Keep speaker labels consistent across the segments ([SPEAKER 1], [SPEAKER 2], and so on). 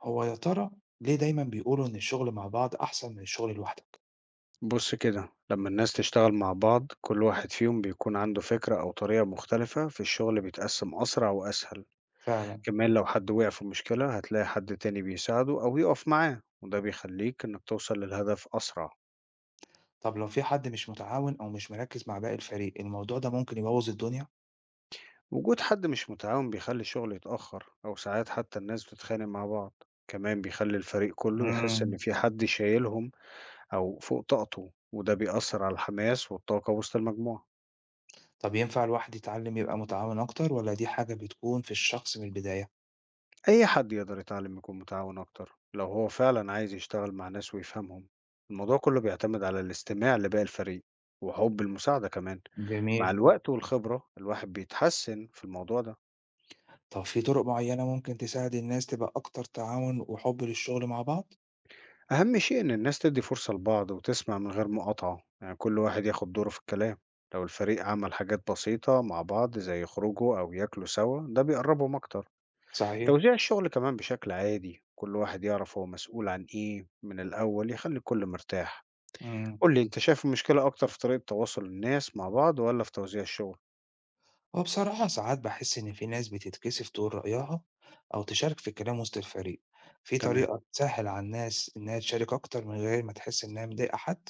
[SPEAKER 1] هو يا ترى ليه دايمًا بيقولوا إن الشغل مع بعض أحسن من الشغل لوحدك؟
[SPEAKER 2] بُص كده، لمّا الناس تشتغل مع بعض، كل واحد فيهم بيكون عنده فكرة أو طريقة مختلفة، فالشغل بيتقسّم أسرع وأسهل،
[SPEAKER 1] فعلًا.
[SPEAKER 2] كمان لو حد وقع في مشكلة هتلاقي حد تاني بيساعده أو يقف معاه، وده بيخلّيك إنك توصل للهدف أسرع.
[SPEAKER 1] طب لو في حد مش متعاون أو مش مركز مع باقي الفريق، الموضوع ده ممكن يبوظ الدنيا؟
[SPEAKER 2] وجود حد مش متعاون بيخلّي الشغل يتأخر أو ساعات حتى الناس بتتخانق مع بعض، كمان بيخلّي الفريق كله يحس إن
[SPEAKER 1] إمم.
[SPEAKER 2] في حد شايلهم أو فوق طاقته، وده بيأثّر على الحماس والطاقة وسط المجموعة.
[SPEAKER 1] طب ينفع الواحد يتعلم يبقى متعاون أكتر والّا دي حاجة بتكون في الشخص من البداية؟
[SPEAKER 2] أي حد يقدر يتعلم يكون متعاون أكتر لو هو فعلا عايز يشتغل مع ناس ويفهمهم. الموضوع كله بيعتمد على الاستماع لباقي الفريق وحب المساعدة كمان. مع
[SPEAKER 1] جميل.
[SPEAKER 2] الوقت والخبرة الواحد بيتحسن في الموضوع ده.
[SPEAKER 1] طب في طرق معينة ممكن تساعد الناس تبقى أكتر تعاون وحب للشغل مع بعض؟
[SPEAKER 2] أهم شيء إن الناس تدي فرصة لبعض وتسمع من غير مقاطعة، يعني كل واحد ياخد دوره في الكلام. لو الفريق عمل حاجات بسيطة مع بعض زي يخرجوا أو ياكلوا سوا، ده بيقربهم أكتر.
[SPEAKER 1] صحيح.
[SPEAKER 2] توزيع الشغل كمان بشكل عادي، كل واحد يعرف هو مسؤول عن إيه من الأول، يخلي الكل مرتاح.
[SPEAKER 1] إمم.
[SPEAKER 2] قُل لي أنت شايف المشكلة أكتر في طريقة تواصل الناس مع بعض والّا في توزيع الشغل؟
[SPEAKER 1] هو بصراحة ساعات بحس إن في ناس بتتكسف تقول رأيها أو تشارك في الكلام وسط الفريق، في
[SPEAKER 2] تمام.
[SPEAKER 1] طريقة تسهل على الناس إنها تشارك أكتر من غير ما تحس إنها مضايقة حد؟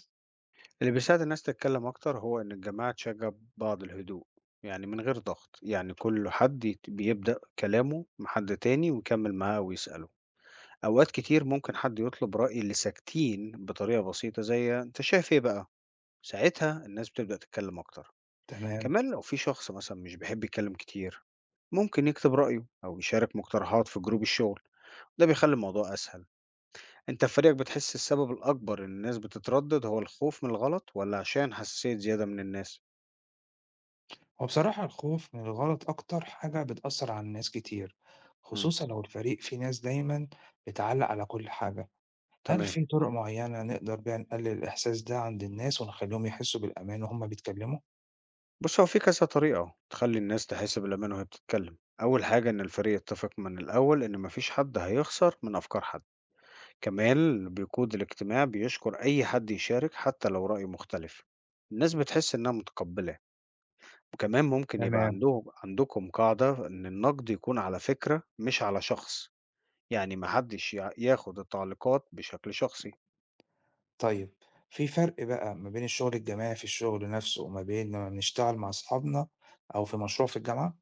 [SPEAKER 2] اللي بيساعد الناس تتكلم أكتر هو إن الجماعة تشجّع بعض الهدوء، يعني من غير ضغط، يعني كل حد يت بيبدأ كلامه مع حد تاني ويكمّل معاه ويسأله. أوقات كتير ممكن حد يطلب رأي اللي ساكتين بطريقة بسيطة زي أنت شايف إيه بقى؟ ساعتها الناس بتبدأ تتكلم أكتر.
[SPEAKER 1] تمام.
[SPEAKER 2] كمان لو في شخص مثلًا مش بيحب يتكلم كتير، ممكن يكتب رأيه أو يشارك مقترحات في جروب الشغل، ده بيخلّي الموضوع أسهل. أنت في فريقك بتحس السبب الأكبر إن الناس بتتردد هو الخوف من الغلط ولا عشان حساسية زيادة من الناس؟
[SPEAKER 1] هو بصراحة الخوف من الغلط أكتر حاجة بتأثر على الناس كتير،
[SPEAKER 2] مم.
[SPEAKER 1] خصوصا لو الفريق فيه ناس دايما بتعلق على كل حاجة، هل
[SPEAKER 2] تمام.
[SPEAKER 1] في طرق معينة نقدر بيها نقلل الإحساس ده عند الناس ونخليهم يحسوا بالأمان وهم بيتكلموا؟
[SPEAKER 2] بص هو في كذا طريقة تخلي الناس تحس بالأمان وهي بتتكلم. أول حاجة إن الفريق يتفق من الأول إن مفيش حد هيخسر من أفكار حد. كمان اللي بيقود الاجتماع بيشكر أي حد يشارك حتى لو رأيه مختلف، الناس بتحس إنها متقبلة. وكمان ممكن يبقى
[SPEAKER 1] تمام.
[SPEAKER 2] عندكم قاعدة إن النقد يكون على فكرة مش على شخص، يعني محدش ياخد التعليقات بشكل شخصي.
[SPEAKER 1] طيب، في فرق بقى ما بين الشغل الجماعي في الشغل نفسه وما بين لمّا بنشتغل مع أصحابنا أو في مشروع في الجامعة؟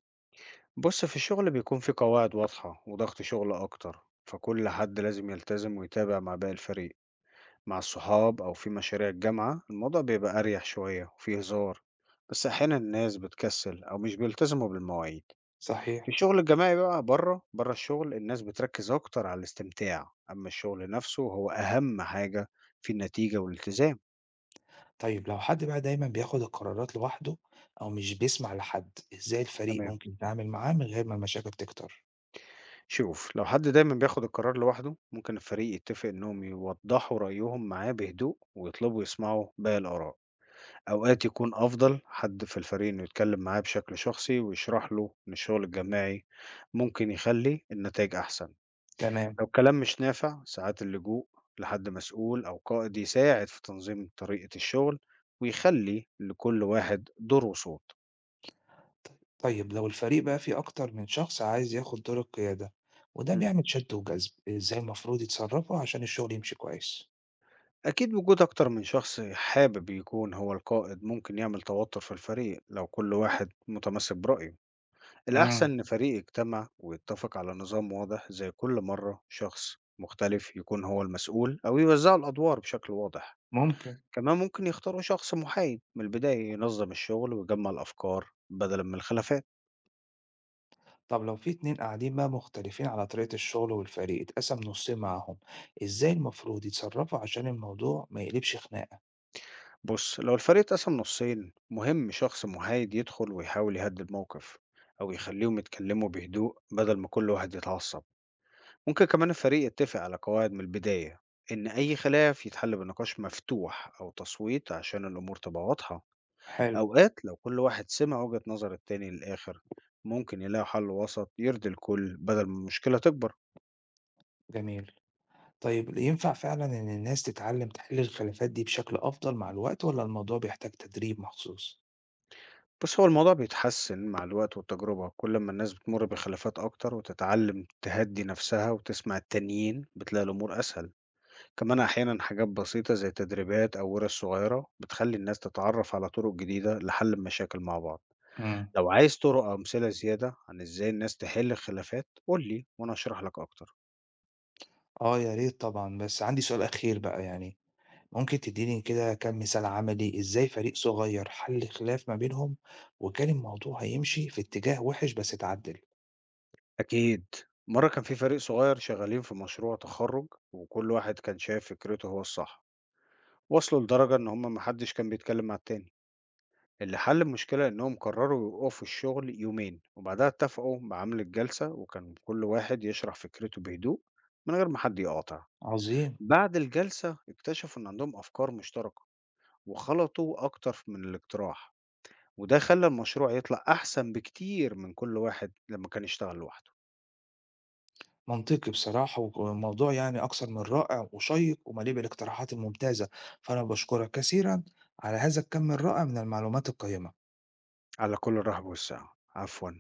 [SPEAKER 2] بص في الشغل بيكون في قواعد واضحة وضغط شغل أكتر، فكل حد لازم يلتزم ويتابع مع باقي الفريق. مع الصحاب أو في مشاريع الجامعة الموضوع بيبقى أريح شوية وفيه هزار، بس أحيانا الناس بتكسل أو مش بيلتزموا بالمواعيد. في
[SPEAKER 1] صحيح.
[SPEAKER 2] الشغل الجماعي بقى بره بره الشغل الناس بتركز أكتر على الاستمتاع، أما الشغل نفسه هو أهم حاجة في النتيجة والالتزام.
[SPEAKER 1] طيب لو حد بقى دايمًا بياخد القرارات لوحده أو مش بيسمع لحد، إزاي الفريق
[SPEAKER 2] تمام.
[SPEAKER 1] ممكن يتعامل معاه من غير ما المشاكل تكتر؟
[SPEAKER 2] شوف لو حد دايما بياخد القرار لوحده، ممكن الفريق يتفق انهم يوضحوا رأيهم معاه بهدوء ويطلبوا يسمعوا باقي الآراء. اوقات يكون افضل حد في الفريق انه يتكلم معاه بشكل شخصي ويشرح له ان الشغل الجماعي ممكن يخلي النتائج احسن.
[SPEAKER 1] تمام.
[SPEAKER 2] لو الكلام مش نافع ساعات اللجوء لحد مسؤول او قائد يساعد في تنظيم طريقة الشغل ويخلي لكل واحد دور وصوت.
[SPEAKER 1] ط طيب لو الفريق بقى فيه أكتر من شخص عايز ياخد دور القيادة وده
[SPEAKER 2] مم.
[SPEAKER 1] بيعمل شد وجذب، إزاي المفروض يتصرفوا عشان الشغل يمشي كويس؟
[SPEAKER 2] أكيد وجود أكتر من شخص حابب يكون هو القائد ممكن يعمل توتر في الفريق لو كل واحد متمسك برأيه، الأحسن
[SPEAKER 1] إمم،
[SPEAKER 2] إن فريق يجتمع ويتفق على نظام واضح زي كل مرة شخص مختلف يكون هو المسؤول أو يوزعوا الأدوار بشكل واضح،
[SPEAKER 1] ممكن.
[SPEAKER 2] كمان ممكن يختاروا شخص محايد من البداية ينظم الشغل ويجمع الأفكار بدلا من الخلافات.
[SPEAKER 1] طب لو في اتنين قاعدين بقى مختلفين على طريقة الشغل والفريق اتقسم نصين معاهم، ازاي المفروض يتصرفوا عشان الموضوع ما يقلبش خناقة؟
[SPEAKER 2] بص لو الفريق اتقسم نصين مهم شخص محايد يدخل ويحاول يهدي الموقف أو يخليهم يتكلموا بهدوء بدل ما كل واحد يتعصب. ممكن كمان الفريق يتفق على قواعد من البداية إن أي خلاف يتحل بنقاش مفتوح أو تصويت عشان الأمور تبقى واضحة.
[SPEAKER 1] حلو.
[SPEAKER 2] أوقات لو كل واحد سمع وجهة نظر التاني للآخر ممكن يلاقي حل وسط يرضي الكل بدل ما المشكلة تكبر.
[SPEAKER 1] جميل. طيب ينفع فعلا ان الناس تتعلم تحل الخلافات دي بشكل افضل مع الوقت ولا الموضوع بيحتاج تدريب مخصوص؟
[SPEAKER 2] بس هو الموضوع بيتحسن مع الوقت والتجربة، كل ما الناس بتمر بخلافات أكتر وتتعلم تهدي نفسها وتسمع التانيين بتلاقي الأمور أسهل. كمان أحيانا حاجات بسيطة زي تدريبات أو ورش صغيرة بتخلي الناس تتعرف على طرق جديدة لحل المشاكل مع بعض.
[SPEAKER 1] امم.
[SPEAKER 2] لو عايز طرق أو أمثلة زيادة عن إزاي الناس تحل الخلافات قول لي وأنا أشرح لك أكتر.
[SPEAKER 1] اه يا ريت طبعا، بس عندي سؤال اخير بقى، يعني ممكن تديني كده كام مثال عملي ازاي فريق صغير حل خلاف ما بينهم وكان الموضوع هيمشي في اتجاه وحش بس اتعدل؟
[SPEAKER 2] أكيد. مرة كان في فريق صغير شغالين في مشروع تخرج وكل واحد كان شايف فكرته هو الصح، وصلوا لدرجة إن هما محدش كان بيتكلم مع التاني. اللي حل المشكلة إنهم قرروا يوقفوا الشغل يومين وبعدها اتفقوا بعمل الجلسة، وكان كل واحد يشرح فكرته بهدوء من غير ما حد يقاطع.
[SPEAKER 1] عظيم.
[SPEAKER 2] بعد الجلسة اكتشفوا إن عندهم أفكار مشتركة وخلطوا أكتر من الاقتراح، وده خلى المشروع يطلع أحسن بكتير من كل واحد لما كان يشتغل لوحده.
[SPEAKER 1] منطقي بصراحة، وموضوع يعني أكثر من رائع وشيق ومليء بالاقتراحات الممتازة، فأنا بشكرك كثيرا على هذا الكم الرائع من المعلومات القيمة.
[SPEAKER 2] على كل الرحب والسعة، عفوا.